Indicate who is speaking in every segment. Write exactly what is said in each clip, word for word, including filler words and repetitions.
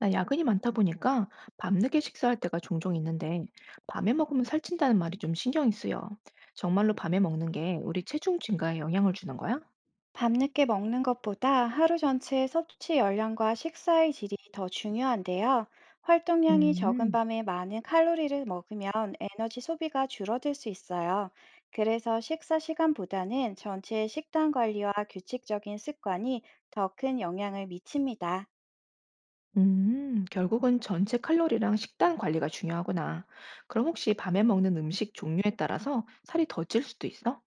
Speaker 1: 나 야근이 많다 보니까 밤늦게 식사할 때가 종종 있는데 밤에 먹으면 살찐다는 말이 좀 신경이 쓰여. 정말로 밤에 먹는 게 우리 체중 증가에 영향을 주는 거야?
Speaker 2: 밤늦게 먹는 것보다 하루 전체 섭취 열량과 식사의 질이 더 중요한데요. 활동량이 적은
Speaker 1: 음,
Speaker 2: 밤에 많은 칼로리를 먹으면 에너지 소비가 줄어들 수 있어요. 그래서 식사 시간보다는 전체 식단 관리와 규칙적인 습관이 더 큰 영향을 미칩니다.
Speaker 1: 음, 결국은 전체 칼로리랑 식단 관리가 중요하구나. 그럼 혹시 밤에 먹는 음식 종류에 따라서 살이 더 찔 수도 있어?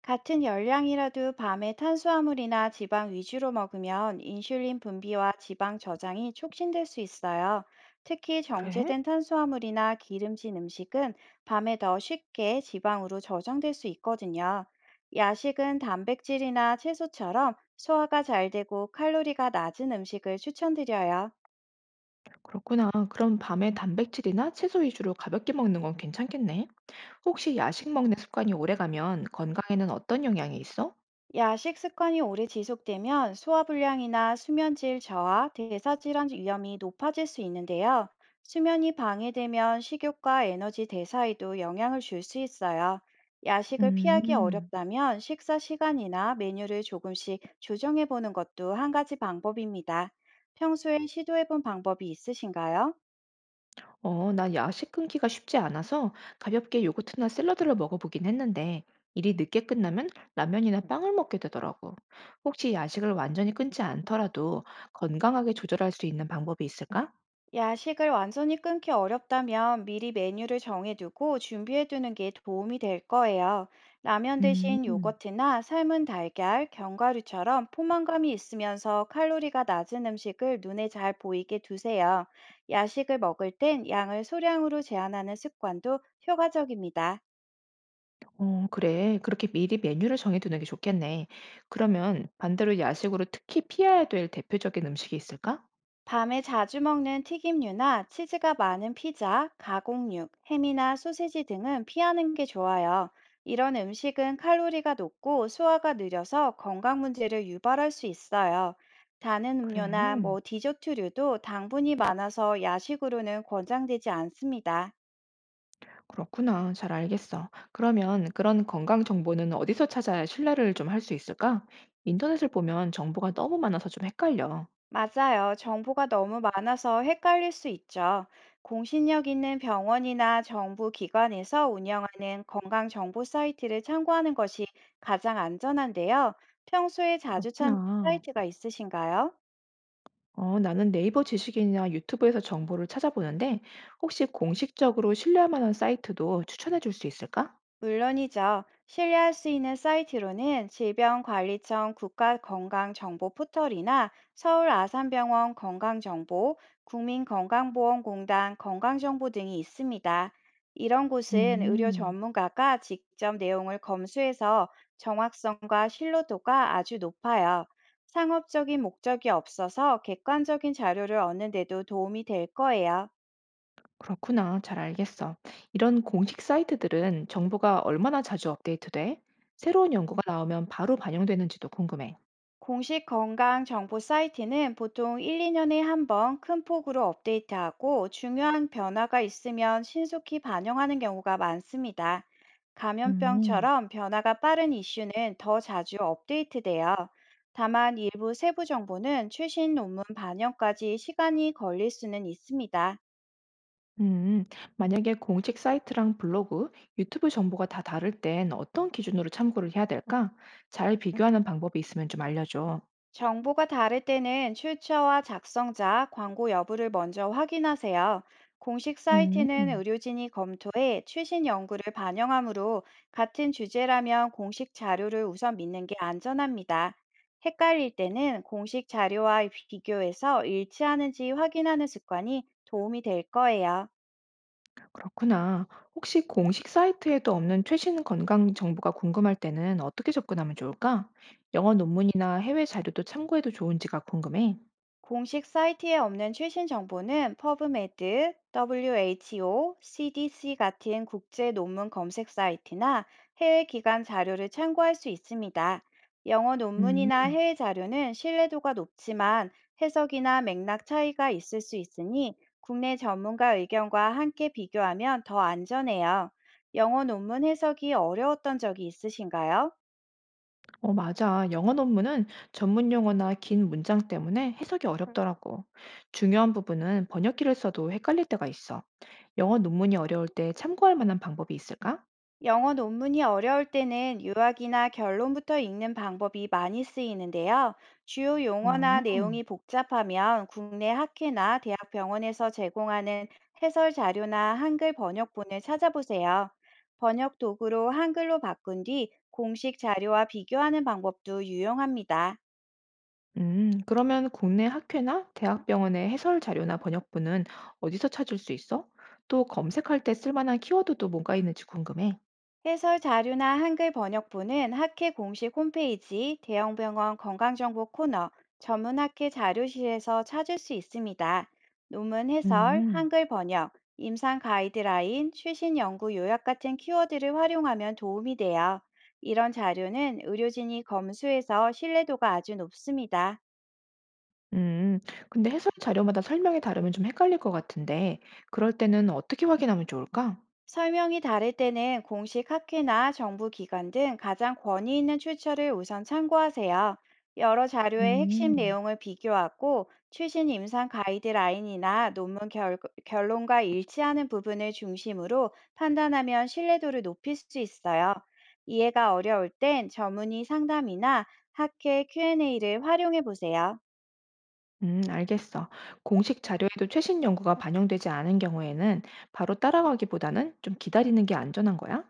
Speaker 2: 같은 열량이라도 밤에 탄수화물이나 지방 위주로 먹으면 인슐린 분비와 지방 저장이 촉진될 수 있어요. 특히
Speaker 1: 그래?
Speaker 2: 정제된 탄수화물이나 기름진 음식은 밤에 더 쉽게 지방으로 저장될 수 있거든요. 야식은 단백질이나 채소처럼 소화가 잘 되고 칼로리가 낮은 음식을 추천드려요.
Speaker 1: 그렇구나. 그럼 밤에 단백질이나 채소 위주로 가볍게 먹는 건 괜찮겠네. 혹시 야식 먹는 습관이 오래가면 건강에는 어떤 영향이 있어?
Speaker 2: 야식 습관이 오래 지속되면 소화불량이나 수면질 저하, 대사질환 위험이 높아질 수 있는데요. 수면이 방해되면 식욕과 에너지 대사에도 영향을 줄 수 있어요. 야식을 피하기
Speaker 1: 음.
Speaker 2: 어렵다면 식사 시간이나 메뉴를 조금씩 조정해 보는 것도 한 가지 방법입니다. 평소에 시도해 본 방법이 있으신가요?
Speaker 1: 어, 난 야식 끊기가 쉽지 않아서 가볍게 요거트나 샐러드를 먹어보긴 했는데 일이 늦게 끝나면 라면이나 빵을 먹게 되더라고. 혹시 야식을 완전히 끊지 않더라도 건강하게 조절할 수 있는 방법이 있을까?
Speaker 2: 야식을 완전히 끊기 어렵다면 미리 메뉴를 정해두고 준비해두는 게 도움이 될 거예요. 라면
Speaker 1: 음,
Speaker 2: 대신 요거트나 삶은 달걀, 견과류처럼 포만감이 있으면서 칼로리가 낮은 음식을 눈에 잘 보이게 두세요. 야식을 먹을 땐 양을 소량으로 제한하는 습관도 효과적입니다.
Speaker 1: 어, 그래. 그렇게 미리 메뉴를 정해두는 게 좋겠네. 그러면 반대로 야식으로 특히 피해야 될 대표적인 음식이 있을까?
Speaker 2: 밤에 자주 먹는 튀김류나 치즈가 많은 피자, 가공육, 햄이나 소세지 등은 피하는 게 좋아요. 이런 음식은 칼로리가 높고 소화가 느려서 건강 문제를 유발할 수 있어요. 다른
Speaker 1: 그래.
Speaker 2: 음료나 뭐 디저트류도 당분이 많아서 야식으로는 권장되지 않습니다.
Speaker 1: 그렇구나. 잘 알겠어. 그러면 그런 건강 정보는 어디서 찾아야 신뢰를 좀 할 수 있을까? 인터넷을 보면 정보가 너무 많아서 좀 헷갈려.
Speaker 2: 맞아요. 정보가 너무 많아서 헷갈릴 수 있죠. 공신력 있는 병원이나 정부 기관에서 운영하는 건강 정보 사이트를 참고하는 것이 가장 안전한데요. 평소에 자주 찾는
Speaker 1: 그렇구나.
Speaker 2: 사이트가 있으신가요?
Speaker 1: 어, 나는 네이버 지식이나 유튜브에서 정보를 찾아보는데 혹시 공식적으로 신뢰할 만한 사이트도 추천해 줄 수 있을까?
Speaker 2: 물론이죠. 신뢰할 수 있는 사이트로는 질병관리청 국가건강정보 포털이나 서울 아산병원 건강정보, 국민건강보험공단 건강정보 등이 있습니다. 이런 곳은 의료
Speaker 1: 음,
Speaker 2: 전문가가 직접 내용을 검수해서 정확성과 신뢰도가 아주 높아요. 상업적인 목적이 없어서 객관적인 자료를 얻는 데도 도움이 될 거예요.
Speaker 1: 그렇구나. 잘 알겠어. 이런 공식 사이트들은 정보가 얼마나 자주 업데이트돼? 새로운 연구가 나오면 바로 반영되는지도 궁금해.
Speaker 2: 공식 건강 정보 사이트는 보통 일, 이 년에 한 번 큰 폭으로 업데이트하고 중요한 변화가 있으면 신속히 반영하는 경우가 많습니다.
Speaker 1: 음.
Speaker 2: 감염병처럼 변화가 빠른 이슈는 더 자주 업데이트돼요. 다만 일부 세부 정보는 최신 논문 반영까지 시간이 걸릴 수는 있습니다.
Speaker 1: 음, 만약에 공식 사이트랑 블로그, 유튜브 정보가 다 다를 땐 어떤 기준으로 참고를 해야 될까? 잘 비교하는 방법이 있으면 좀 알려줘.
Speaker 2: 정보가 다를 때는 출처와 작성자, 광고 여부를 먼저 확인하세요. 공식 사이트는
Speaker 1: 음.
Speaker 2: 의료진이 검토해 최신 연구를 반영하므로 같은 주제라면 공식 자료를 우선 믿는 게 안전합니다. 헷갈릴 때는 공식 자료와 비교해서 일치하는지 확인하는 습관이 도움이 될 거예요.
Speaker 1: 그렇구나. 혹시 공식 사이트에도 없는 최신 건강 정보가 궁금할 때는 어떻게 접근하면 좋을까? 영어 논문이나 해외 자료도 참고해도 좋은지가 궁금해.
Speaker 2: 공식 사이트에 없는 최신 정보는 퍼브메드, 더블유 에이치 오, 씨 디 씨 같은 국제 논문 검색 사이트나 해외 기관 자료를 참고할 수 있습니다. 영어 논문이나
Speaker 1: 음.
Speaker 2: 해외 자료는 신뢰도가 높지만 해석이나 맥락 차이가 있을 수 있으니 국내 전문가 의견과 함께 비교하면 더 안전해요. 영어 논문 해석이 어려웠던 적이 있으신가요?
Speaker 1: 어, 맞아. 영어 논문은 전문 용어나 긴 문장 때문에 해석이 어렵더라고. 중요한 부분은 번역기를 써도 헷갈릴 때가 있어. 영어 논문이 어려울 때 참고할 만한 방법이 있을까?
Speaker 2: 영어 논문이 어려울 때는 요약이나 결론부터 읽는 방법이 많이 쓰이는데요. 주요 용어나
Speaker 1: 어,
Speaker 2: 내용이 복잡하면 국내 학회나 대학 병원에서 제공하는 해설 자료나 한글 번역본을 찾아보세요. 번역 도구로 한글로 바꾼 뒤 공식 자료와 비교하는 방법도 유용합니다.
Speaker 1: 음, 그러면 국내 학회나 대학병원의 해설 자료나 번역본은 어디서 찾을 수 있어? 또 검색할 때 쓸만한 키워드도 뭔가 있는지 궁금해.
Speaker 2: 해설 자료나 한글 번역본은 학회 공식 홈페이지, 대형병원 건강정보 코너, 전문 학회 자료실에서 찾을 수 있습니다. 논문 해설,
Speaker 1: 음.
Speaker 2: 한글 번역, 임상 가이드라인, 최신 연구 요약 같은 키워드를 활용하면 도움이 돼요. 이런 자료는 의료진이 검수해서 신뢰도가 아주 높습니다.
Speaker 1: 음, 근데 해설 자료마다 설명이 다르면 좀 헷갈릴 것 같은데, 그럴 때는 어떻게 확인하면 좋을까?
Speaker 2: 설명이 다를 때는 공식 학회나 정부 기관 등 가장 권위 있는 출처를 우선 참고하세요. 여러 자료의 핵심
Speaker 1: 음.
Speaker 2: 내용을 비교하고 최신 임상 가이드라인이나 논문 결, 결론과 일치하는 부분을 중심으로 판단하면 신뢰도를 높일 수 있어요. 이해가 어려울 땐 전문의 상담이나 학회 큐 앤 에이를 활용해 보세요.
Speaker 1: 음, 알겠어. 공식 자료에도 최신 연구가 반영되지 않은 경우에는 바로 따라가기보다는 좀 기다리는 게 안전한 거야?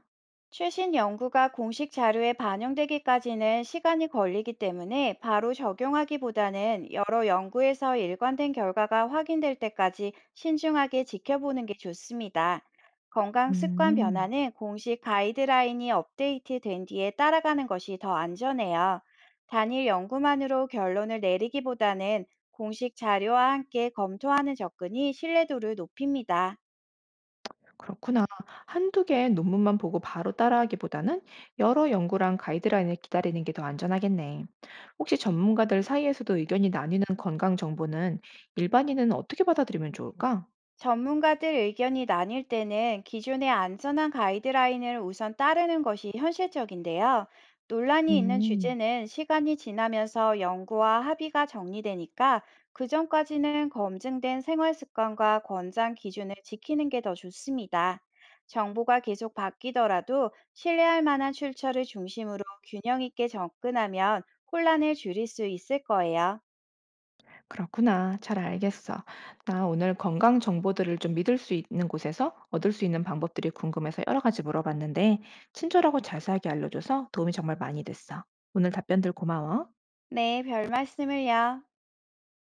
Speaker 2: 최신 연구가 공식 자료에 반영되기까지는 시간이 걸리기 때문에 바로 적용하기보다는 여러 연구에서 일관된 결과가 확인될 때까지 신중하게 지켜보는 게 좋습니다. 건강 습관
Speaker 1: 음,
Speaker 2: 변화는 공식 가이드라인이 업데이트된 뒤에 따라가는 것이 더 안전해요. 단일 연구만으로 결론을 내리기보다는 공식 자료와 함께 검토하는 접근이 신뢰도를 높입니다.
Speaker 1: 그렇구나. 한두 개의 논문만 보고 바로 따라하기보다는 여러 연구랑 가이드라인을 기다리는 게 더 안전하겠네. 혹시 전문가들 사이에서도 의견이 나뉘는 건강 정보는 일반인은 어떻게 받아들이면 좋을까?
Speaker 2: 전문가들 의견이 나뉠 때는 기존의 안전한 가이드라인을 우선 따르는 것이 현실적인데요. 논란이 있는
Speaker 1: 음.
Speaker 2: 주제는 시간이 지나면서 연구와 합의가 정리되니까 그 전까지는 검증된 생활 습관과 권장 기준을 지키는 게 더 좋습니다. 정보가 계속 바뀌더라도 신뢰할 만한 출처를 중심으로 균형 있게 접근하면 혼란을 줄일 수 있을 거예요.
Speaker 1: 그렇구나. 잘 알겠어. 나 오늘 건강 정보들을 좀 믿을 수 있는 곳에서 얻을 수 있는 방법들이 궁금해서 여러 가지 물어봤는데, 친절하고 자세하게 알려줘서 도움이 정말 많이 됐어. 오늘 답변들 고마워.
Speaker 2: 네, 별 말씀을요.